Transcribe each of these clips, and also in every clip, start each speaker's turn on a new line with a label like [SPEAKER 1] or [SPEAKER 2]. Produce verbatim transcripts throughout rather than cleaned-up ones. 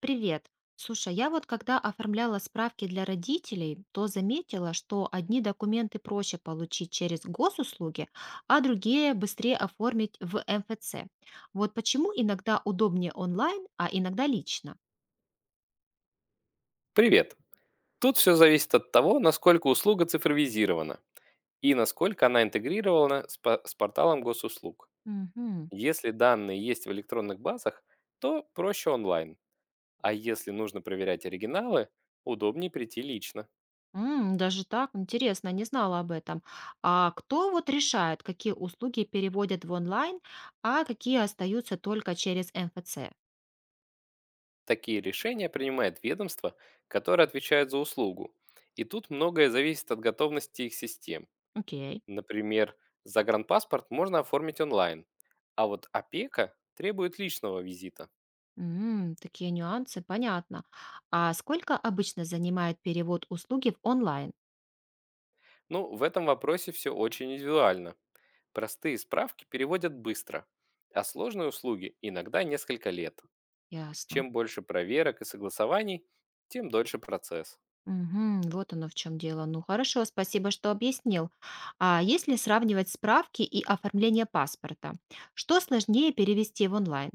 [SPEAKER 1] Привет. Слушай, я вот когда оформляла справки для родителей, то заметила, что одни документы проще получить через госуслуги, а другие быстрее оформить в МФЦ. Вот почему иногда удобнее онлайн, а иногда лично.
[SPEAKER 2] Привет! Тут все зависит от того, насколько услуга цифровизирована и насколько она интегрирована с, по- с порталом госуслуг.
[SPEAKER 1] Мгм.
[SPEAKER 2] Если данные есть в электронных базах, то проще онлайн, а если нужно проверять оригиналы, удобнее прийти лично.
[SPEAKER 1] М, даже так, интересно, не знала об этом. А кто вот решает, какие услуги переводят в онлайн, а какие остаются только через МФЦ?
[SPEAKER 2] Такие решения принимает ведомство, которое отвечает за услугу. И тут многое зависит от готовности их систем.
[SPEAKER 1] Окей.
[SPEAKER 2] Например, загранпаспорт можно оформить онлайн, а вот опека требует личного визита.
[SPEAKER 1] М, такие нюансы, понятно. А сколько обычно занимает перевод услуги в онлайн?
[SPEAKER 2] Ну, в этом вопросе все очень индивидуально. Простые справки переводят быстро, а сложные услуги иногда несколько лет.
[SPEAKER 1] Ясно.
[SPEAKER 2] Чем больше проверок и согласований, тем дольше процесс.
[SPEAKER 1] Мгм, вот оно в чем дело. Ну хорошо, спасибо, что объяснил. А если сравнивать справки и оформление паспорта, что сложнее перевести в онлайн?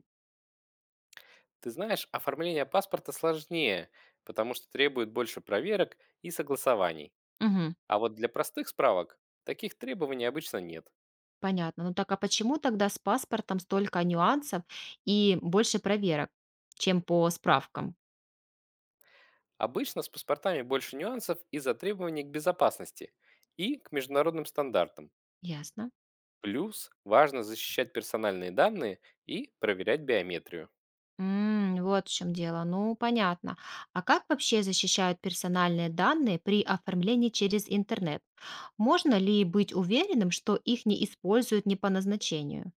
[SPEAKER 2] Ты знаешь, оформление паспорта сложнее, потому что требует больше проверок и согласований.
[SPEAKER 1] Мгм,
[SPEAKER 2] А вот для простых справок таких требований обычно нет.
[SPEAKER 1] понятно. Ну так а почему тогда с паспортом столько нюансов и больше проверок, чем по справкам?
[SPEAKER 2] Обычно с паспортами больше нюансов из-за требований к безопасности и к международным стандартам.
[SPEAKER 1] Ясно.
[SPEAKER 2] Плюс важно защищать персональные данные и проверять биометрию.
[SPEAKER 1] М, вот в чем дело. Ну, понятно. А как вообще защищают персональные данные при оформлении через интернет? Можно ли быть уверенным, что их не используют не по назначению?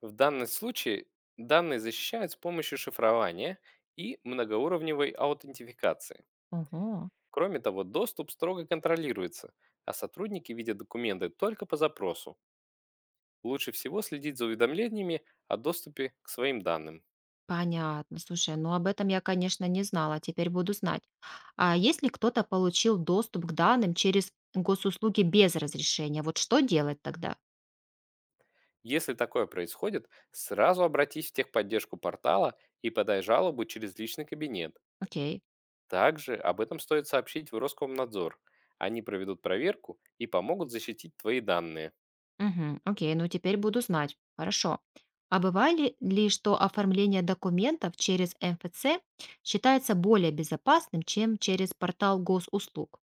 [SPEAKER 2] В данном случае данные защищают с помощью шифрования и многоуровневой аутентификации.
[SPEAKER 1] Ого,
[SPEAKER 2] Кроме того, доступ строго контролируется, а сотрудники видят документы только по запросу. Лучше всего следить за уведомлениями о доступе к своим данным.
[SPEAKER 1] понятно. Слушай, ну об этом я, конечно, не знала, теперь буду знать. А если кто-то получил доступ к данным через госуслуги без разрешения, вот что делать тогда?
[SPEAKER 2] Если такое происходит, сразу обратись в техподдержку портала и подай жалобу через личный кабинет.
[SPEAKER 1] Окей.
[SPEAKER 2] Также об этом стоит сообщить в Роскомнадзор. Они проведут проверку и помогут защитить твои данные.
[SPEAKER 1] Мгм. Окей, ну теперь буду знать. Хорошо. А бывали ли, что оформление документов через МФЦ считается более безопасным, чем через портал госуслуг?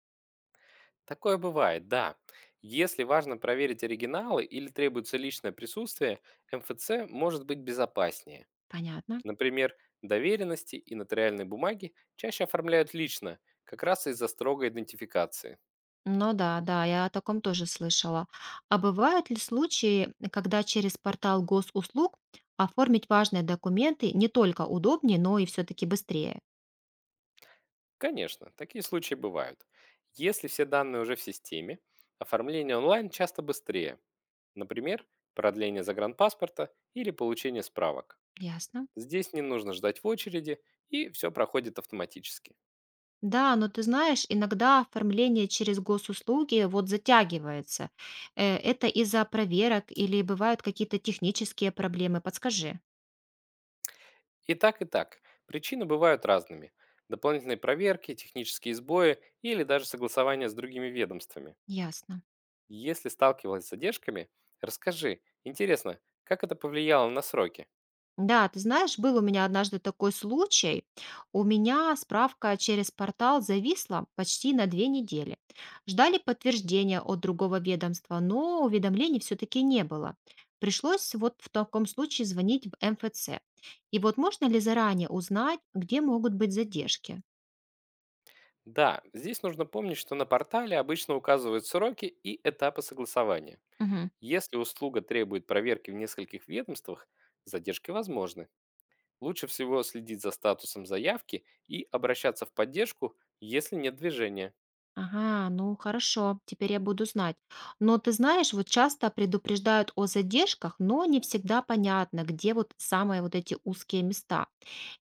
[SPEAKER 2] Такое бывает, да. Если важно проверить оригиналы или требуется личное присутствие, эм эф це может быть безопаснее.
[SPEAKER 1] Понятно.
[SPEAKER 2] Например, доверенности и нотариальные бумаги чаще оформляют лично, как раз из-за строгой идентификации.
[SPEAKER 1] Ну да, да, я о таком тоже слышала. А бывают ли случаи, когда через портал госуслуг оформить важные документы не только удобнее, но и все-таки быстрее?
[SPEAKER 2] Конечно, такие случаи бывают. Если все данные уже в системе, оформление онлайн часто быстрее. Например, продление загранпаспорта или получение справок.
[SPEAKER 1] Ясно.
[SPEAKER 2] Здесь не нужно ждать в очереди, и все проходит автоматически.
[SPEAKER 1] Да, но ты знаешь, иногда оформление через госуслуги вот затягивается. Э, Это из-за проверок или бывают какие-то технические проблемы? Подскажи.
[SPEAKER 2] И так, и так. Причины бывают разными. Дополнительные проверки, технические сбои или даже согласование с другими ведомствами.
[SPEAKER 1] Ясно.
[SPEAKER 2] Если сталкивалась с задержками, расскажи, интересно, как это повлияло на сроки?
[SPEAKER 1] Да, ты знаешь, был у меня однажды такой случай. У меня справка через портал зависла почти на две недели. Ждали подтверждения от другого ведомства, но уведомлений все-таки не было. Пришлось вот в таком случае звонить в МФЦ. И вот можно ли заранее узнать, где могут быть задержки?
[SPEAKER 2] Да, здесь нужно помнить, что на портале обычно указывают сроки и этапы согласования.
[SPEAKER 1] Мгм.
[SPEAKER 2] Если услуга требует проверки в нескольких ведомствах, задержки возможны. Лучше всего следить за статусом заявки и обращаться в поддержку, если нет движения.
[SPEAKER 1] Ага, ну хорошо, теперь я буду знать. Но ты знаешь, вот часто предупреждают о задержках, но не всегда понятно, где вот самые вот эти узкие места.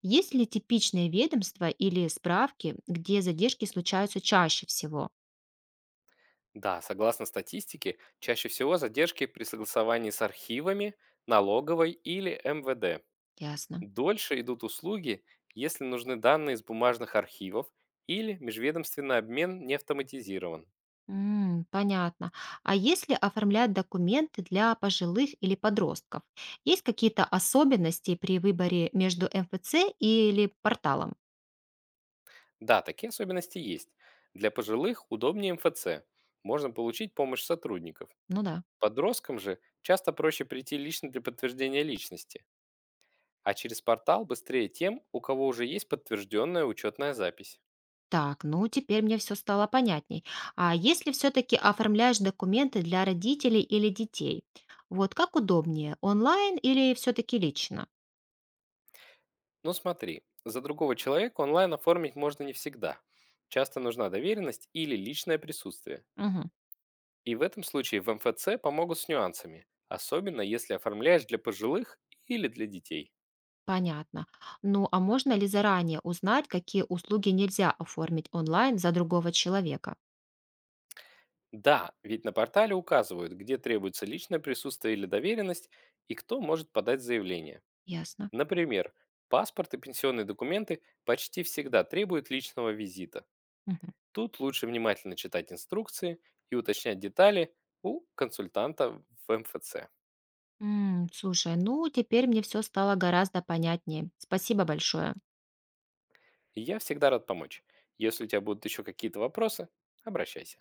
[SPEAKER 1] Есть ли типичные ведомства или справки, где задержки случаются чаще всего?
[SPEAKER 2] Да, согласно статистике, чаще всего задержки при согласовании с архивами, налоговой или эм вэ дэ.
[SPEAKER 1] Ясно.
[SPEAKER 2] Дольше идут услуги, если нужны данные из бумажных архивов или межведомственный обмен не автоматизирован.
[SPEAKER 1] М, понятно. А если оформлять документы для пожилых или подростков, есть какие-то особенности при выборе между МФЦ или порталом?
[SPEAKER 2] Да, такие особенности есть. Для пожилых удобнее эм эф це. Можно получить помощь сотрудников.
[SPEAKER 1] Ну да.
[SPEAKER 2] Подросткам же часто проще прийти лично для подтверждения личности, а через портал быстрее тем, у кого уже есть подтвержденная учетная запись.
[SPEAKER 1] Так, ну теперь мне все стало понятней. А если все-таки оформляешь документы для родителей или детей, вот как удобнее, онлайн или все-таки лично?
[SPEAKER 2] Но смотри, за другого человека онлайн оформить можно не всегда. Часто нужна доверенность или личное присутствие.
[SPEAKER 1] Мгм.
[SPEAKER 2] И в этом случае в эм эф це помогут с нюансами, особенно если оформляешь для пожилых или для детей.
[SPEAKER 1] Понятно. Ну а можно ли заранее узнать, какие услуги нельзя оформить онлайн за другого человека?
[SPEAKER 2] Да, ведь на портале указывают, где требуется личное присутствие или доверенность и кто может подать заявление.
[SPEAKER 1] Ясно.
[SPEAKER 2] Например, паспорт и пенсионные документы почти всегда требуют личного визита.
[SPEAKER 1] Мгм.
[SPEAKER 2] Тут лучше внимательно читать инструкции и уточнять детали у консультанта в эм эф це.
[SPEAKER 1] М, слушай, ну теперь мне все стало гораздо понятнее. Спасибо большое.
[SPEAKER 2] Я всегда рад помочь. Если у тебя будут еще какие-то вопросы, обращайся.